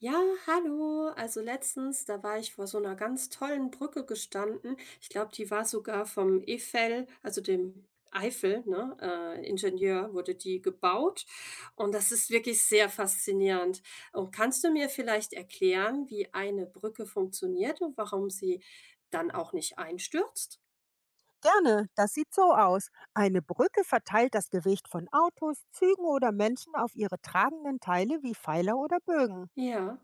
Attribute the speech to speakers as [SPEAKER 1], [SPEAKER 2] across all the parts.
[SPEAKER 1] Ja, hallo. Also letztens, da war ich vor so einer ganz tollen Brücke gestanden. Ich glaube, die war sogar vom Eiffel, also dem Eifel, ne, Ingenieur wurde die gebaut und das ist wirklich sehr faszinierend. Und kannst du mir vielleicht erklären, wie eine Brücke funktioniert und warum sie dann auch nicht einstürzt?
[SPEAKER 2] Gerne, das sieht so aus. Eine Brücke verteilt das Gewicht von Autos, Zügen oder Menschen auf ihre tragenden Teile wie Pfeiler oder Bögen.
[SPEAKER 1] Ja,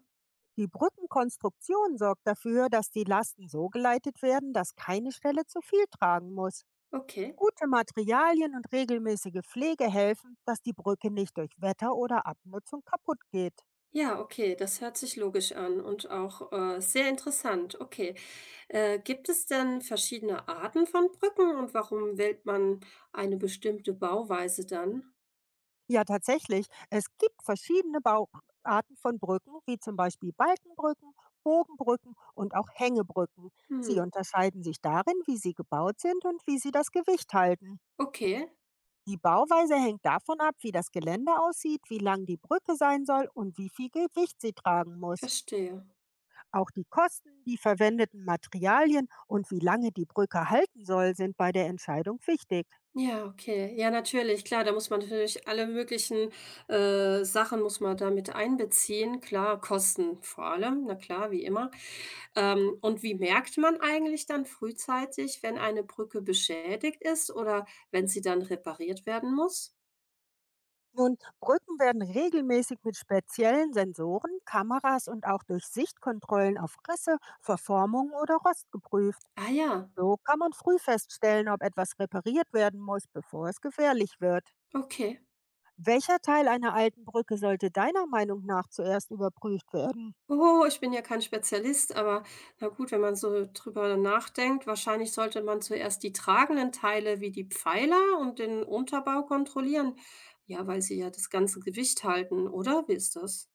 [SPEAKER 2] Die Brückenkonstruktion sorgt dafür, dass die Lasten so geleitet werden, dass keine Stelle zu viel tragen muss.
[SPEAKER 1] okay.
[SPEAKER 2] Gute Materialien und regelmäßige Pflege helfen, dass die Brücke nicht durch Wetter oder Abnutzung kaputt geht.
[SPEAKER 1] Ja, okay, das hört sich logisch an und auch sehr interessant. Okay. Gibt es denn verschiedene Arten von Brücken und warum wählt man eine bestimmte Bauweise dann?
[SPEAKER 2] Ja, tatsächlich. Es gibt verschiedene Bauarten von Brücken, wie zum Beispiel Balkenbrücken, Bogenbrücken und auch Hängebrücken.
[SPEAKER 1] Hm,
[SPEAKER 2] Sie unterscheiden sich darin, wie sie gebaut sind und wie sie das Gewicht halten.
[SPEAKER 1] okay,
[SPEAKER 2] Die Bauweise hängt davon ab, wie das Gelände aussieht, wie lang die Brücke sein soll und wie viel Gewicht sie tragen muss.
[SPEAKER 1] verstehe.
[SPEAKER 2] Auch die Kosten, die verwendeten Materialien und wie lange die Brücke halten soll, sind bei der Entscheidung wichtig.
[SPEAKER 1] Ja, okay. Ja, natürlich, klar, da muss man natürlich alle möglichen, Sachen muss man da mit einbeziehen. Klar, Kosten vor allem, na klar, wie immer. Und wie merkt man eigentlich dann frühzeitig, wenn eine Brücke beschädigt ist oder wenn sie dann repariert werden muss?
[SPEAKER 2] Nun, Brücken werden regelmäßig mit speziellen Sensoren, Kameras und auch durch Sichtkontrollen auf Risse, Verformung oder Rost geprüft.
[SPEAKER 1] Ah ja,
[SPEAKER 2] So kann man früh feststellen, ob etwas repariert werden muss, bevor es gefährlich wird.
[SPEAKER 1] okay.
[SPEAKER 2] Welcher Teil einer alten Brücke sollte deiner Meinung nach zuerst überprüft werden?
[SPEAKER 1] Oh, ich bin ja kein Spezialist, aber na gut, wenn man so drüber nachdenkt, wahrscheinlich sollte man zuerst die tragenden Teile wie die Pfeiler und den Unterbau kontrollieren. Ja, weil sie ja das ganze Gewicht halten, oder? Wie ist das?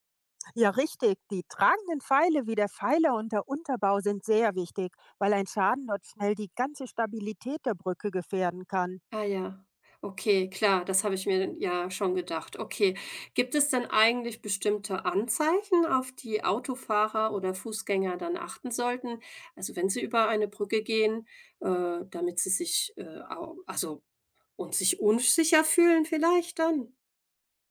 [SPEAKER 2] Ja, richtig. Die tragenden Pfeile wie der Pfeiler und der Unterbau sind sehr wichtig, weil ein Schaden dort schnell die ganze Stabilität der Brücke gefährden kann.
[SPEAKER 1] Ah ja. Okay, klar, das habe ich mir ja schon gedacht. Okay, gibt es denn eigentlich bestimmte Anzeichen, auf die Autofahrer oder Fußgänger dann achten sollten? Also wenn sie über eine Brücke gehen, damit sie sich, au also und sich unsicher fühlen vielleicht dann?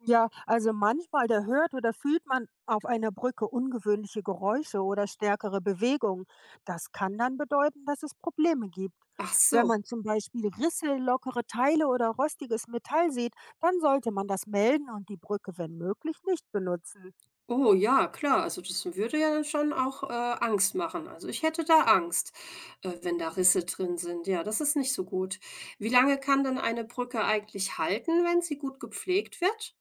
[SPEAKER 2] Ja, also manchmal da hört oder fühlt man auf einer Brücke ungewöhnliche Geräusche oder stärkere Bewegungen. Das kann dann bedeuten, dass es Probleme gibt.
[SPEAKER 1] Ach
[SPEAKER 2] Wenn
[SPEAKER 1] so.
[SPEAKER 2] man zum Beispiel Risse, lockere Teile oder rostiges Metall sieht, dann sollte man das melden und die Brücke, wenn möglich, nicht benutzen.
[SPEAKER 1] Oh ja, klar. Also das würde ja dann schon auch, Angst machen. Also ich hätte da Angst, wenn da Risse drin sind. Ja, das ist nicht so gut. Wie lange kann denn eine Brücke eigentlich halten, wenn sie gut gepflegt wird?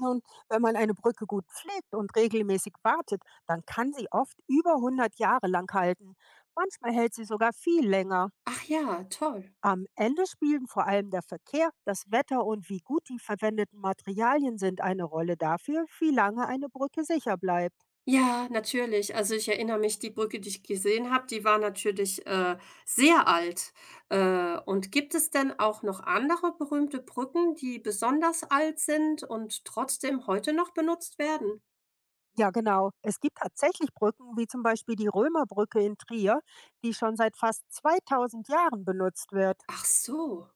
[SPEAKER 2] Und wenn man eine Brücke gut pflegt und regelmäßig wartet, dann kann sie oft über 100 Jahre lang halten. Manchmal hält sie sogar viel länger.
[SPEAKER 1] Ach ja, toll.
[SPEAKER 2] Am Ende spielen vor allem der Verkehr, das Wetter und wie gut die verwendeten Materialien sind eine Rolle dafür, wie lange eine Brücke sicher bleibt.
[SPEAKER 1] Ja, natürlich. Also, ich erinnere mich, die Brücke, die ich gesehen habe, die war natürlich, sehr alt. Und gibt es denn auch noch andere berühmte Brücken, die besonders alt sind und trotzdem heute noch benutzt werden?
[SPEAKER 2] Ja genau, es gibt tatsächlich Brücken wie zum Beispiel die Römerbrücke in Trier, die schon seit fast 2000 Jahren benutzt wird.
[SPEAKER 1] Ach so.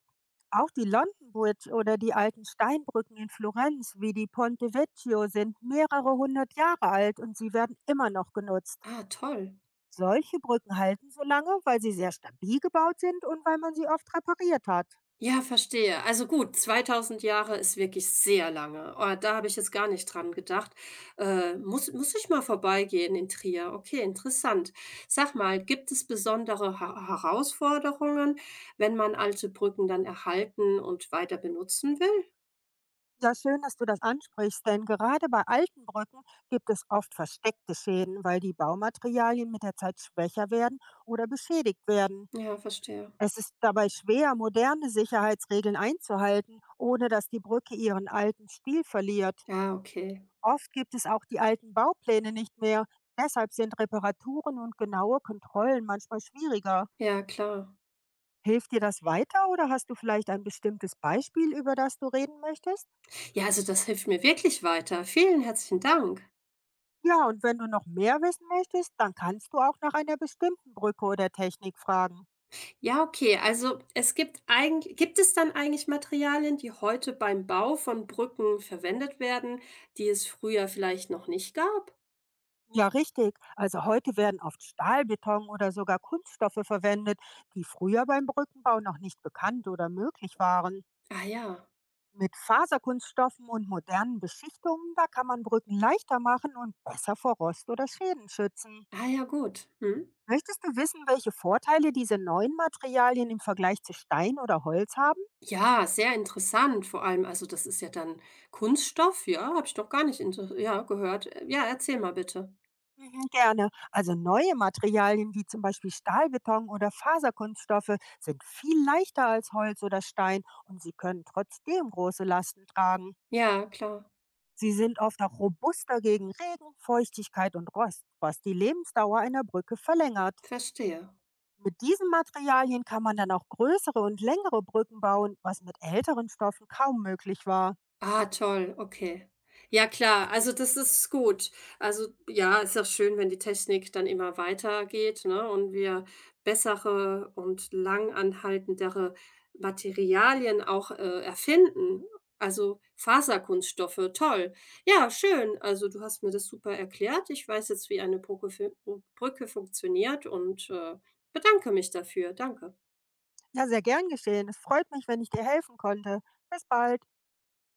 [SPEAKER 2] Auch die London Bridge oder die alten Steinbrücken in Florenz wie die Ponte Vecchio sind mehrere hundert Jahre alt und sie werden immer noch genutzt.
[SPEAKER 1] Ah, toll.
[SPEAKER 2] Solche Brücken halten so lange, weil sie sehr stabil gebaut sind und weil man sie oft repariert hat.
[SPEAKER 1] Ja, verstehe. Also gut, 2000 Jahre ist wirklich sehr lange. Oh, da habe ich jetzt gar nicht dran gedacht. Muss ich mal vorbeigehen in Trier? Okay, interessant. Sag mal, gibt es besondere ha Herausforderungen, wenn man alte Brücken dann erhalten und weiter benutzen will?
[SPEAKER 2] Ja, schön, dass du das ansprichst, denn gerade bei alten Brücken gibt es oft versteckte Schäden, weil die Baumaterialien mit der Zeit schwächer werden oder beschädigt werden.
[SPEAKER 1] Ja, verstehe.
[SPEAKER 2] Es ist dabei schwer, moderne Sicherheitsregeln einzuhalten, ohne dass die Brücke ihren alten Stil verliert.
[SPEAKER 1] Ja, okay.
[SPEAKER 2] Oft gibt es auch die alten Baupläne nicht mehr. Deshalb sind Reparaturen und genaue Kontrollen manchmal schwieriger.
[SPEAKER 1] Ja, klar.
[SPEAKER 2] Hilft dir das weiter oder hast du vielleicht ein bestimmtes Beispiel, über das du reden möchtest?
[SPEAKER 1] Ja, also das hilft mir wirklich weiter. Vielen herzlichen Dank.
[SPEAKER 2] Ja, und wenn du noch mehr wissen möchtest, dann kannst du auch nach einer bestimmten Brücke oder Technik fragen.
[SPEAKER 1] Ja, okay. Also, es gibt eigentlich gibt es dann eigentlich Materialien, die heute beim Bau von Brücken verwendet werden, die es früher vielleicht noch nicht gab?
[SPEAKER 2] Ja, richtig. Also heute werden oft Stahlbeton oder sogar Kunststoffe verwendet, die früher beim Brückenbau noch nicht bekannt oder möglich waren.
[SPEAKER 1] Ah ja.
[SPEAKER 2] Mit Faserkunststoffen und modernen Beschichtungen, da kann man Brücken leichter machen und besser vor Rost oder Schäden schützen.
[SPEAKER 1] Ah ja, gut. Mhm.
[SPEAKER 2] Möchtest du wissen, welche Vorteile diese neuen Materialien im Vergleich zu Stein oder Holz haben?
[SPEAKER 1] Ja, sehr interessant. Vor allem, also das ist ja dann Kunststoff, ja, habe ich noch gar nicht gehört. Ja, erzähl mal bitte.
[SPEAKER 2] Mhm, gerne. Also neue Materialien wie zum Beispiel Stahlbeton oder Faserkunststoffe sind viel leichter als Holz oder Stein und sie können trotzdem große Lasten tragen.
[SPEAKER 1] Ja, klar,
[SPEAKER 2] Sie sind oft auch robuster gegen Regen, Feuchtigkeit und Rost, was die Lebensdauer einer Brücke verlängert.
[SPEAKER 1] verstehe.
[SPEAKER 2] Mit diesen Materialien kann man dann auch größere und längere Brücken bauen, was mit älteren Stoffen kaum möglich war.
[SPEAKER 1] Ah, toll, okay. Ja klar, also das ist gut. Also ja, ist ja schön, wenn die Technik dann immer weitergeht, ne, und wir bessere und langanhaltendere Materialien auch, erfinden. Also Faserkunststoffe, toll. Ja, schön. Also du hast mir das super erklärt. Ich weiß jetzt, wie eine Brücke funktioniert und, bedanke mich dafür. Danke.
[SPEAKER 2] Ja, sehr gern geschehen. Es freut mich, wenn ich dir helfen konnte. Bis bald.